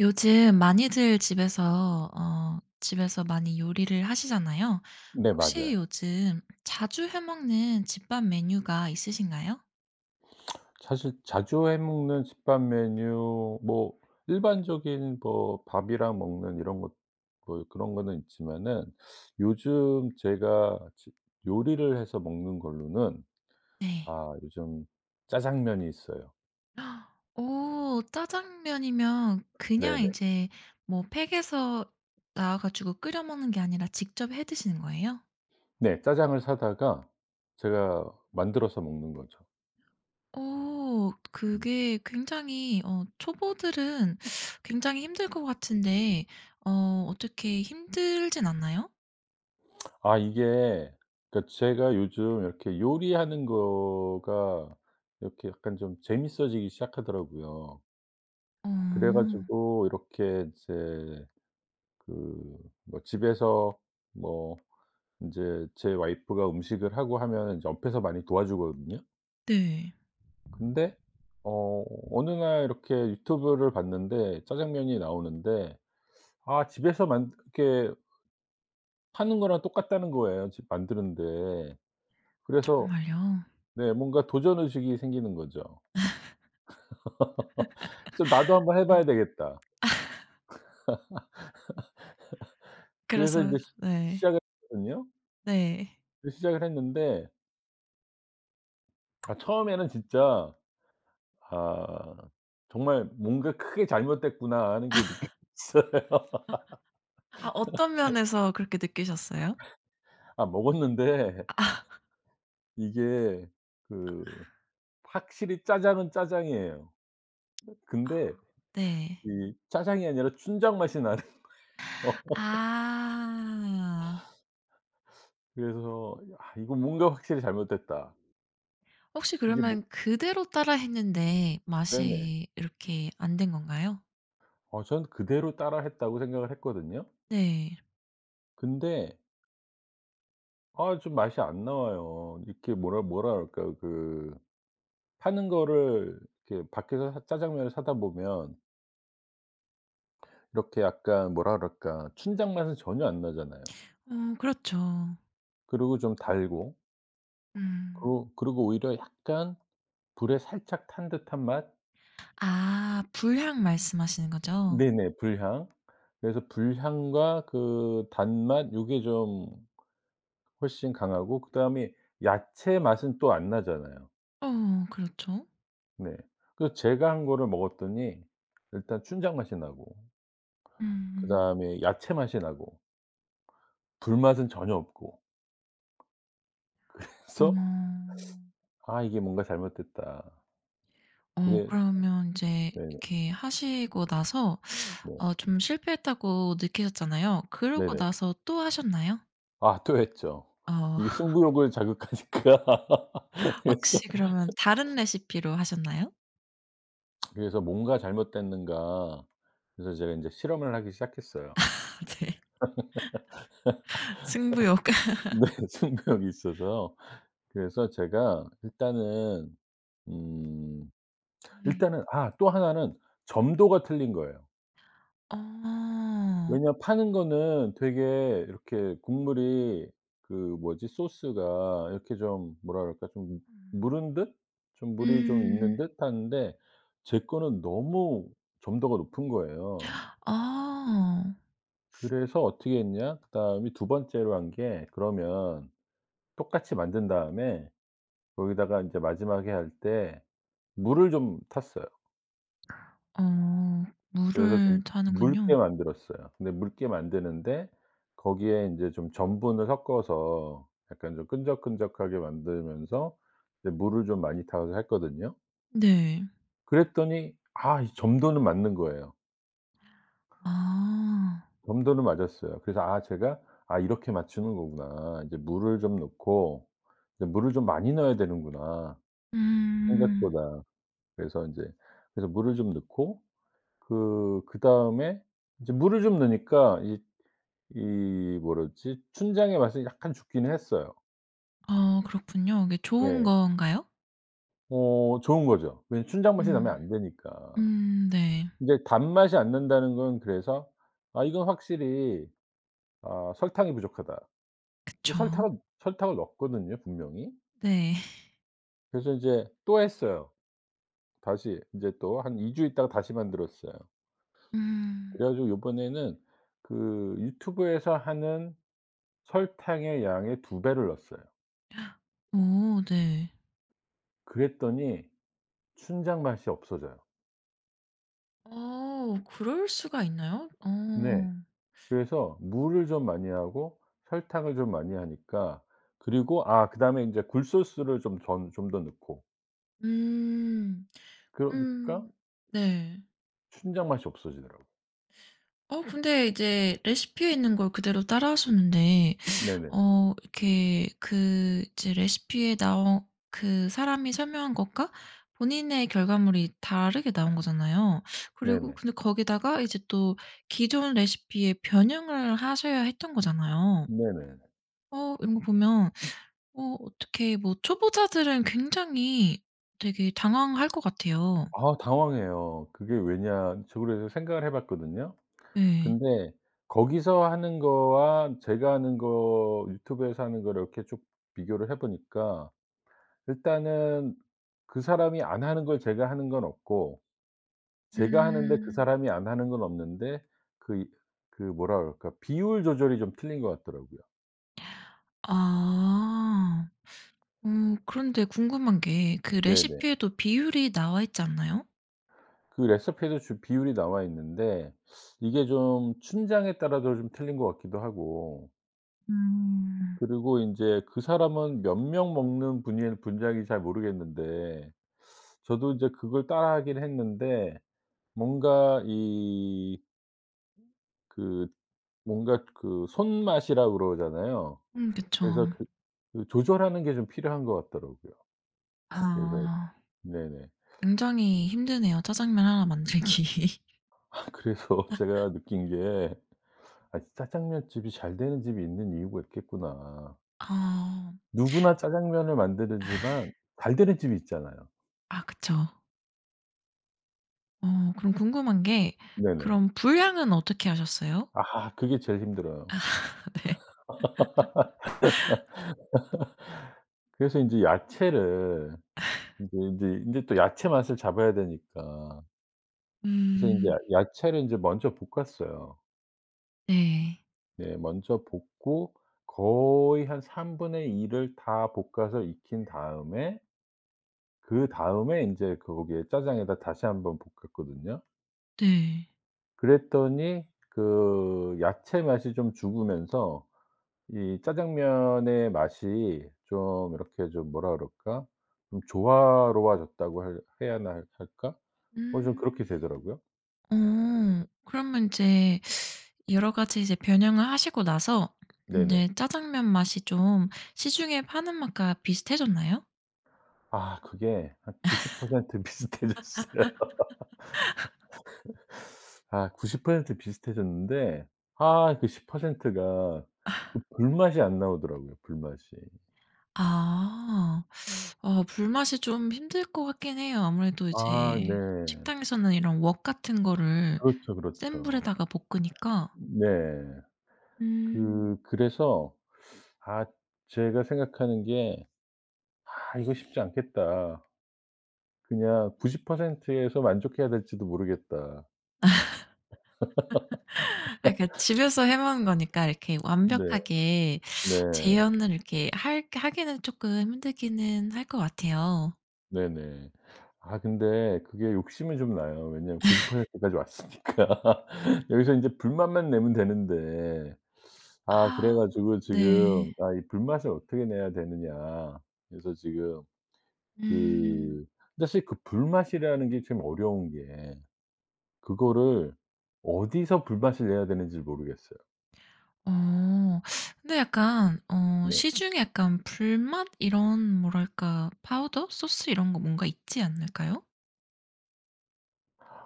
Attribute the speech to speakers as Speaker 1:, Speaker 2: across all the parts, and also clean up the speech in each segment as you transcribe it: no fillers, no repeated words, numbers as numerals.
Speaker 1: 요즘 많이들 집에서 많이 요리를 하시잖아요.
Speaker 2: 네,
Speaker 1: 혹시
Speaker 2: 맞아요.
Speaker 1: 요즘 자주 해 먹는 집밥 메뉴가 있으신가요?
Speaker 2: 사실 자주 해 먹는 집밥 메뉴, 뭐 일반적인 뭐 밥이랑 먹는 이런 것, 뭐 그런 거는 있지만은, 요즘 제가 지 요리를 해서 먹는 걸로는,
Speaker 1: 네.
Speaker 2: 아 요즘 짜장면이 있어요.
Speaker 1: 오, 짜장면이면 그냥
Speaker 2: 네네.
Speaker 1: 이제 뭐 팩에서 나와 가지고 끓여 먹는 게 아니라 직접 해 드시는 거예요?
Speaker 2: 네. 짜장을 사다가 제가 만들어서 먹는 거죠.
Speaker 1: 오,
Speaker 2: 음.
Speaker 1: 그게 굉장히 초보들은 굉장히 힘들 것 같은데 어 어떻게 힘들진 않나요?
Speaker 2: 아 이게, 그러니까 제가 요즘 이렇게 요리하는 거가 이렇게 약간 좀 재밌어지기 시작하더라고요. 그래
Speaker 1: 어.
Speaker 2: 가지고 이렇게 이제 그 뭐 집에서 뭐 인제 제 와이프가 음식을 하고 하면은 이제 옆에서 많이 도와주거든요.
Speaker 1: 네.
Speaker 2: 근데 어 어느 날 이렇게 유튜브를 봤는데 짜장면이 나오는데, 아 집에서 만 이렇게 파는 거랑 똑같다는 거예요, 집 만드는데. 그래서,
Speaker 1: 정말요?
Speaker 2: 네, 뭔가 도전 의식이 생기는 거죠. 그래서 '나도 한번 해
Speaker 1: 음
Speaker 2: 봐야 되겠다.' 그래서
Speaker 1: 그래서
Speaker 2: 인제 시
Speaker 1: 네.
Speaker 2: 시작을 했거든요.
Speaker 1: 네.
Speaker 2: 시작을 했는데, 아 처음에는 진짜, 아 정말 '뭔가 크게 잘못됐구나.' 하는 게 느껴졌어요.
Speaker 1: 아 어떤 면에서 그렇게 느끼셨어요?
Speaker 2: 아 먹었는데
Speaker 1: 아.
Speaker 2: 이게 그 확실히 짜장은 짜장이에요. 근데
Speaker 1: 네.
Speaker 2: 이 짜장이 아니라 춘장 맛이 나네요.
Speaker 1: 아.
Speaker 2: 그래서 '아 이거 뭔가 확실히 잘못됐다.'
Speaker 1: 혹시
Speaker 2: 이게 뭐
Speaker 1: 그러면 그대로 따라 했는데
Speaker 2: 네네.
Speaker 1: 맛이 이렇게 안 된 건가요?
Speaker 2: 어 전 그대로 따라 했다고 생각을 했거든요.
Speaker 1: 네.
Speaker 2: 근데 아 좀 맛이 안 나와요. 이렇게 뭐라 그럴까요? 그 파는 거를 이렇게 밖에서 사 짜장면을 사다 보면 이렇게 약간 뭐라 그럴까 춘장 맛은 전혀 안 나잖아요.
Speaker 1: 어 그렇죠.
Speaker 2: 그리고 좀 달고 그
Speaker 1: 음.
Speaker 2: 고 그리고 오히려 약간 불에 살짝 탄 듯한 맛?
Speaker 1: 아 불향 말씀하시는 거죠?
Speaker 2: 네네, 불향. 그래서 불향과 그 단맛 요게 좀 훨씬 강하고, 그다음에 야채 맛은 또 안 나잖아요.
Speaker 1: 어 그렇죠.
Speaker 2: 네. 그래서 제가 한 거를 먹었더니 일단 춘장 맛이 나고
Speaker 1: 음.
Speaker 2: 그다음에 야채 맛이 나고 불맛은 전혀 없고,
Speaker 1: 어.
Speaker 2: 그래서 '아 이게 뭔가 잘못됐다.'
Speaker 1: 어
Speaker 2: 그래
Speaker 1: 그러면 인제
Speaker 2: 네네.
Speaker 1: 이렇게 하시고 나서
Speaker 2: 네.
Speaker 1: 좀 실패했다고 느끼셨잖아요. 그러고
Speaker 2: 네네.
Speaker 1: 나서 또 하셨나요?
Speaker 2: 아 또 했죠. 이게
Speaker 1: 어
Speaker 2: 승부욕을 자극하니까. 그래서
Speaker 1: 혹시 그러면 다른 레시피로 하셨나요?
Speaker 2: '뭔가 잘못됐는가.' 그래서 제가 인제 실험을 하기 시작했어요.
Speaker 1: 네. 승부욕.
Speaker 2: 네, 승부욕이 있어서. 그래서 제가 음
Speaker 1: 음.
Speaker 2: 일단은, 아 또 하나는 점도가 틀린 거예요.
Speaker 1: 어.
Speaker 2: 왜냐면 파는 거는 되게 이렇게 국물이, 그 뭐지, 소스가 이렇게 좀 뭐라 그럴까, 좀
Speaker 1: 음.
Speaker 2: 무른 듯, 좀 물이 좀
Speaker 1: 음.
Speaker 2: 있는 듯 하는데, 제 거는 너무 점도가 높은 거예요.
Speaker 1: 아.
Speaker 2: 그래서 어떻게 했냐, 그다음에 두 번째로 한게 그러면 똑같이 만든 다음에 거기다가 인제 마지막에 할 때 물을 좀 탔어요. 그래서 좀
Speaker 1: 물을 타는군요.
Speaker 2: 묽게 만들었어요. 근데 묽게 만드는데 거기에 인제 좀 전분을 섞어서 약간 좀 끈적끈적하게 만들면서 이제 물을 좀 많이 타서 했거든요.
Speaker 1: 네.
Speaker 2: 그랬더니, 아 이 점도는 맞는 거예요.
Speaker 1: 아.
Speaker 2: 점도는 맞았어요. 그래서 아 제가 '아 이렇게 맞추는 거구나. 이제 물을 좀 넣고, 이제 물을 좀 많이 넣어야 되는구나,
Speaker 1: 음.
Speaker 2: 생각보다.' 그래서 인제 그래서 물을 좀 넣고, 그다음에 이제 물을 좀 넣으니까 이 뭐랬지? 춘장의 맛은 약간 죽기는 했어요.
Speaker 1: 아 그렇군요. 이게 좋은
Speaker 2: 예.
Speaker 1: 건가요?
Speaker 2: 어 좋은 거죠. 왜냐면 춘장 맛이 나면
Speaker 1: 음.
Speaker 2: 안 되니까.
Speaker 1: 네.
Speaker 2: 근데 단맛이 안 난다는 건, 그래서 '아 이건 확실히, 설탕이 부족하다.' 근데
Speaker 1: 그쵸.
Speaker 2: 설탕은 설탕을 넣었거든요, 분명히.
Speaker 1: 네.
Speaker 2: 그래서 인제 또 했어요. 다시 인제 또 한 2주 있다가 다시 만들었어요.
Speaker 1: 음.
Speaker 2: 그래 가지고 요번에는 그 유튜브에서 하는 설탕의 양의 2배 배를 넣었어요.
Speaker 1: 오, 네.
Speaker 2: 그랬더니 춘장 맛이 없어져요.
Speaker 1: 어 그럴 수가 있나요? 어.
Speaker 2: 네. 그래서 물을 좀 많이 하고 설탕을 좀 많이 하니까, 그리고 아 그다음에 인제 굴소스를 좀 전 좀 더 넣고
Speaker 1: 음.
Speaker 2: 그러니까
Speaker 1: 음. 네.
Speaker 2: 춘장 맛이 없어지더라고요.
Speaker 1: 어 근데 이제 레시피에 있는 걸 그대로 따라하셨는데
Speaker 2: 네네.
Speaker 1: 이렇게 그 이제 레시피에 나온 그 사람이 설명한 것과 본인의 결과물이 다르게 나온 거잖아요. 그리고
Speaker 2: 네네.
Speaker 1: 근데 거기다가 이제 또 기존 레시피에 변형을 하셔야 했던 거잖아요.
Speaker 2: 네네.
Speaker 1: 어 이런 거 보면 어떻게 뭐 초보자들은 굉장히 되게 당황할 것 같아요.
Speaker 2: 아 당황해요. 그게 왜냐, 저 그래서 생각을 해 봤거든요.
Speaker 1: 네.
Speaker 2: 근데 거기서 하는 거와 제가 하는 거, 유튜브에서 하는 거를 이렇게 쭉 비교를 해 보니까 일단은 그 사람이 안 하는 걸 제가 하는 건 없고 제가 하는데 그
Speaker 1: 음.
Speaker 2: 사람이 안 하는 건 없는데, 그 그 뭐라 그럴까, 비율 조절이 좀 틀린 것 같더라고요.
Speaker 1: 아. 어 그런데 궁금한 게 그
Speaker 2: 네네.
Speaker 1: 레시피에도 비율이 나와 있지 않나요?
Speaker 2: 그 레시피에도 주 비율이 나와 있는데 이게 좀 춘장에 따라서 좀 틀린 것 같기도 하고,
Speaker 1: 음.
Speaker 2: 그리고 인제 그 사람은 몇 명 먹는 분일 분량인지 잘 모르겠는데, 저도 인제 그걸 따라하긴 했는데 뭔가 이 그 뭔가 그 손맛이라 그러잖아요.
Speaker 1: 그쵸.
Speaker 2: 그래서 그 조절하는 게 좀 필요한 것 같더라고요. 그래서
Speaker 1: 아.
Speaker 2: 네네.
Speaker 1: 굉장히 힘드네요 짜장면 하나 만들기.
Speaker 2: 아 그래서 제가 느낀 게 '아 짜장면 집이 잘 되는 집이 있는 이유가 있겠구나.'
Speaker 1: 아.
Speaker 2: 누구나 짜장면을 만들지만 잘 되는 집이 있잖아요.
Speaker 1: 아 그쵸. 어 그럼 궁금한 게
Speaker 2: 네네.
Speaker 1: 그럼 분량은 어떻게 하셨어요?
Speaker 2: 아 그게 제일 힘들어요.
Speaker 1: 네.
Speaker 2: 그래서 인제 야채를 인제 또 야채 맛을 잡아야 되니까 그래서 인제
Speaker 1: 음.
Speaker 2: 야 야채를 인제 먼저 볶았어요.
Speaker 1: 네.
Speaker 2: 네, 먼저 볶고 거의 한 3분의 일을 다 볶아서 익힌 다음에 그다음에 인제 거기에 짜장에다 다시 한번 볶았거든요.
Speaker 1: 네.
Speaker 2: 그랬더니 그 야채 맛이 좀 죽으면서 이 짜장면의 맛이 좀 이렇게 좀 뭐라 그럴까? 좀 조화로워졌다고 할 해야 하나 할까? 어 좀 그렇게
Speaker 1: 음.
Speaker 2: 되더라고요.
Speaker 1: 어. 그러면 인제 여러 가지 이제 변형을 하시고 나서 인제
Speaker 2: 네네.
Speaker 1: 짜장면 맛이 좀 시중에 파는 맛과 비슷해졌나요?
Speaker 2: 아 그게 한 90% 비슷해졌어요. 아 90% 비슷해졌는데 아 그 10%가 그 불맛이 안 나오더라고요, 불맛이.
Speaker 1: 아. 어 불맛이 좀 힘들 것 같긴 해요. 아무래도 이제
Speaker 2: 아 네.
Speaker 1: 식당에서는 이런 웍 같은 거를
Speaker 2: 그렇죠,
Speaker 1: 센
Speaker 2: 그렇죠.
Speaker 1: 불에다가 볶으니까.
Speaker 2: 네.
Speaker 1: 음.
Speaker 2: 그래서 아 제가 생각하는 게 '아 이거 쉽지 않겠다. 그냥 90% 에서 만족해야 될지도 모르겠다.'
Speaker 1: 아 그러니까 집에서 해 먹는 거니까 이렇게
Speaker 2: 네.
Speaker 1: 완벽하게
Speaker 2: 네.
Speaker 1: 재현을 이렇게 할 하기는 쪼끔 힘들기는 할 것 같아요.
Speaker 2: 네네. 아 근데 그게 욕심이 좀 나요. 왜냐하면 90% 까지 왔으니까. 여기서 인제 불만만 내면 되는데, 아 그래
Speaker 1: 아
Speaker 2: 가지고
Speaker 1: 네.
Speaker 2: 지금 '아 이 불맛을 어떻게 내야 되느냐.' 그래서 지금
Speaker 1: 음.
Speaker 2: 그, 근데 사실 그 불맛이라는 게 참 어려운 게 그거를 어디서 불맛을 내야 되는지 모르겠어요.
Speaker 1: 어. 근데 약간
Speaker 2: 네.
Speaker 1: 시중에 약간 불맛 이런 뭐랄까 파우더? 소스 이런 거 뭔가 있지 않을까요?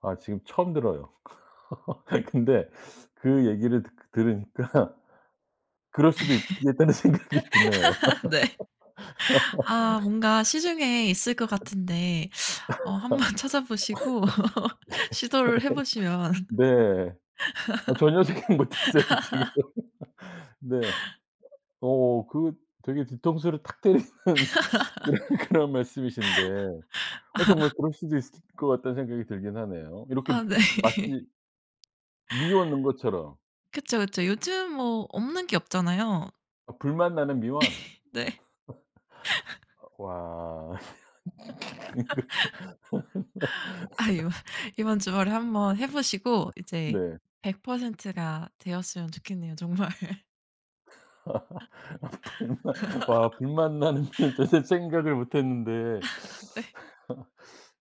Speaker 2: 아 지금 처음 들어요. 근데 그 얘기를 듣 들으니까 그럴 수도 있겠다는 생각이 드네요.
Speaker 1: 네. 아 뭔가 시중에 있을 것 같은데 한번 찾아보시고 시도를 해 보시면
Speaker 2: 네. 아 전혀 생각 못 했어요, 지금. 네. 어 그 되게 뒤통수를 탁 때리는 그런 말씀이신데, 어 정말 그럴 수도 있을 것 같다는 생각이 들긴 하네요. 이렇게
Speaker 1: 아 네.
Speaker 2: 마치 미원 넣은 것처럼.
Speaker 1: 그쵸, 그쵸. 요즘 뭐 없는 게 없잖아요.
Speaker 2: 아 불맛 나는 미원?
Speaker 1: 네.
Speaker 2: 와.
Speaker 1: 아 이번 주말에 한번 해 보시고 이제
Speaker 2: 네.
Speaker 1: 100%가 되었으면 좋겠네요 정말.
Speaker 2: 불맛 와불만 나는 진짜 생각을 못 했는데,
Speaker 1: 네.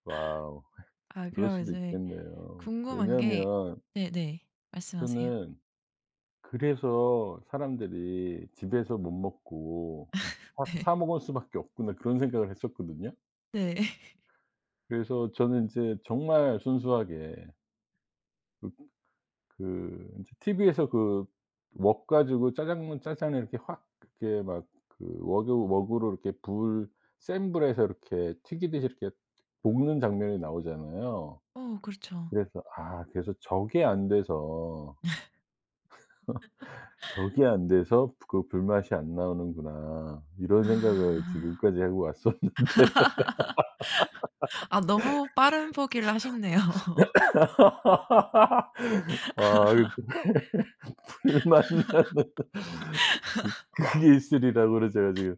Speaker 2: 와우.
Speaker 1: 아 그
Speaker 2: 그럴
Speaker 1: 럼
Speaker 2: 수도
Speaker 1: 이제
Speaker 2: 있겠네요.
Speaker 1: 궁금한 게
Speaker 2: 왜냐하면
Speaker 1: 네네. 말씀하세요. 네.
Speaker 2: 저는 그래서 사람들이 집에서 못 먹고 사 먹을 수밖에 없구나, 그런 생각을 했었거든요.
Speaker 1: 네.
Speaker 2: 그래서 저는 이제 정말 순수하게 그 그제 TV에서 그 웍 가지고 짜장면 짜장을 이렇게 확 이렇게 막 그 웍에 웍으로 이렇게 불 센 불에서 이렇게 튀기듯이 이렇게 볶는 장면이 나오잖아요.
Speaker 1: 어 그렇죠.
Speaker 2: 그래서 저게 안 돼서, '저게 안 돼서 그 불맛이 안 나오는구나.' 이런 생각을
Speaker 1: 아.
Speaker 2: 지금까지 하고 왔었는데
Speaker 1: 아 너무 빠른 포기를 하셨네요.
Speaker 2: 아 이 불맛 나는 그게 있으리라고는 제가 지금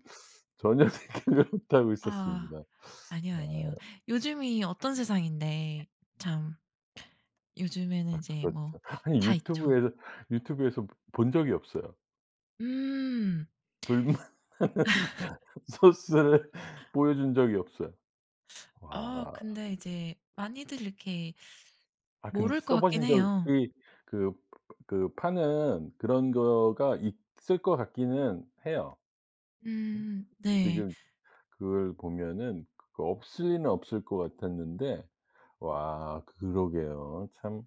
Speaker 2: 전혀 생각을 못 하고
Speaker 1: 아
Speaker 2: 있었습니다.
Speaker 1: 아니요, 아니에요. 요즘이 어떤 세상인데 참 요즘에는
Speaker 2: 아
Speaker 1: 이제
Speaker 2: 그렇죠.
Speaker 1: 뭐
Speaker 2: 아니
Speaker 1: 다 있죠.
Speaker 2: 유튜브에서 유튜브에서 본 적이 없어요.
Speaker 1: 음.
Speaker 2: 불맛 나는 소스를 보여준 적이 없어요.
Speaker 1: 아
Speaker 2: 와.
Speaker 1: 근데 이제 많이들 이렇게
Speaker 2: 아 근데
Speaker 1: 모를 것
Speaker 2: 써
Speaker 1: 같긴
Speaker 2: 보신 적이,
Speaker 1: 해요.
Speaker 2: 그 그 파는 그런 거가 있을 것 같기는 해요.
Speaker 1: 네.
Speaker 2: 지금 그걸 보면은 그 없을 리는 없을 것 같았는데, 와 그러게요. 참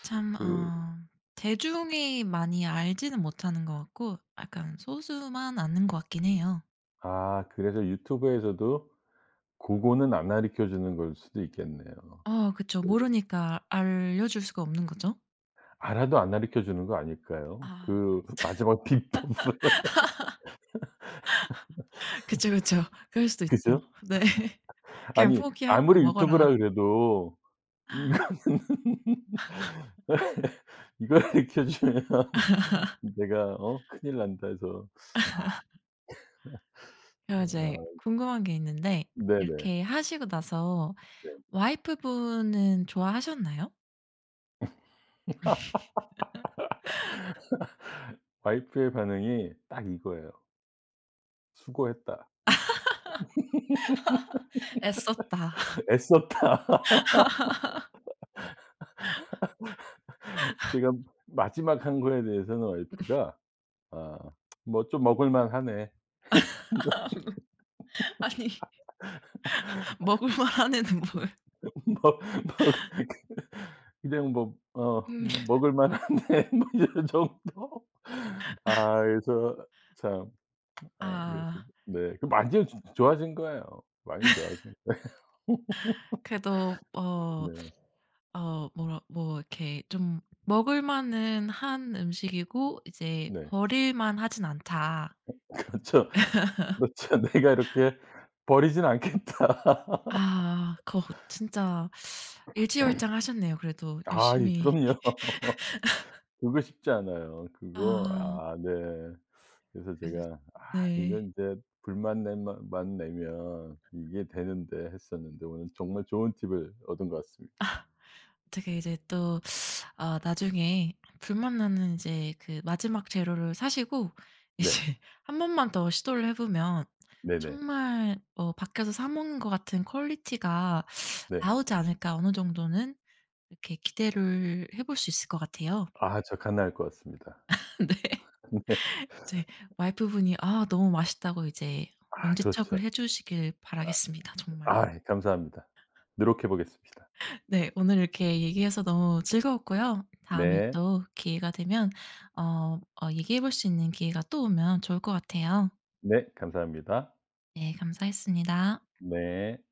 Speaker 1: 참
Speaker 2: 그
Speaker 1: 대중이 많이 알지는 못하는 것 같고 약간 소수만 아는 것 같긴 해요.
Speaker 2: 아 그래서 유튜브에서도 고거는 안 가르쳐 주는 걸 수도 있겠네요.
Speaker 1: 아 그쵸. 모르니까 알려줄 수가 없는 거죠.
Speaker 2: 알아도 안 가르쳐 주는 거 아닐까요?
Speaker 1: 아
Speaker 2: 그
Speaker 1: 그럴 수
Speaker 2: 마지막 비법을.
Speaker 1: 그쵸, 그쵸. 그럴 수도 있죠.
Speaker 2: 그죠?
Speaker 1: 네. 그냥
Speaker 2: 아니
Speaker 1: 포기하고
Speaker 2: 아무리
Speaker 1: 먹어라.
Speaker 2: 유튜브라 그래도 이거는 이걸 가르쳐 주면 내가 큰일 난다 해서, 아
Speaker 1: 그리고 이제
Speaker 2: 아
Speaker 1: 궁금한 게 있는데
Speaker 2: 네네.
Speaker 1: 이렇게 하시고 나서
Speaker 2: 네.
Speaker 1: 와이프분은 좋아하셨나요?
Speaker 2: 와이프의 반응이 딱 이거예요. "수고했다.
Speaker 1: "애썼다."
Speaker 2: 애썼다." 제가 마지막 한 거에 대해서는 와이프가 "아 뭐 좀 먹을 만하네."
Speaker 1: 아니 먹을 만한 애는 뭘.
Speaker 2: 먹먹 그냥 뭐
Speaker 1: 음.
Speaker 2: 먹을 만한데 뭐 이런 정도? 아 그래서 참 아 그래서
Speaker 1: 아.
Speaker 2: 네 그 많이 조 좋아진 거예요. 많이 좋아진 거
Speaker 1: 그래도 어
Speaker 2: 네.
Speaker 1: 어 뭐라 뭐 이렇게 좀 먹을 만은 한 음식이고 이제
Speaker 2: 네.
Speaker 1: 버릴 만하진 않다.
Speaker 2: 그렇죠. 그렇죠. '내가 이렇게 버리진 않겠다.'
Speaker 1: 아 그거 진짜 일취월장하셨네요 그래도
Speaker 2: 아이
Speaker 1: 열심히.
Speaker 2: 그럼요. 그거 쉽지 않아요. 그거
Speaker 1: 아
Speaker 2: 아 네. 그래서
Speaker 1: 그래서
Speaker 2: 제가 '아
Speaker 1: 네.
Speaker 2: 이건 인제 불만 내면 만 내면 이게 되는데.' 했었는데 오늘 정말 좋은 팁을 얻은 것 같습니다.
Speaker 1: 되게 이제 또 나중에 불맛나는 이제 그 마지막 재료를 사시고 이제
Speaker 2: 네.
Speaker 1: 한 번만 더 시도를 해 보면
Speaker 2: 네네.
Speaker 1: 정말 밖에서 사 먹는 것 같은 퀄리티가
Speaker 2: 네.
Speaker 1: 나오지 않을까 어느 정도는 이렇게 기대를 해볼 수 있을 것 같아요.
Speaker 2: 아 저 가능할 것 같습니다.
Speaker 1: 네.
Speaker 2: 네.
Speaker 1: 이제 와이프분이 너무 맛있다고 이제
Speaker 2: 아 그렇죠.
Speaker 1: 엄지척을 해 주시길 바라겠습니다 정말.
Speaker 2: 아 예 감사합니다. 노력해 보겠습니다.
Speaker 1: 네. 오늘 이렇게 얘기해서 너무 즐거웠고요. 다음에
Speaker 2: 네.
Speaker 1: 또 기회가 되면 얘기해 볼 수 있는 기회가 또 오면 좋을 것 같아요.
Speaker 2: 네 감사합니다.
Speaker 1: 네. 감사했습니다.
Speaker 2: 네.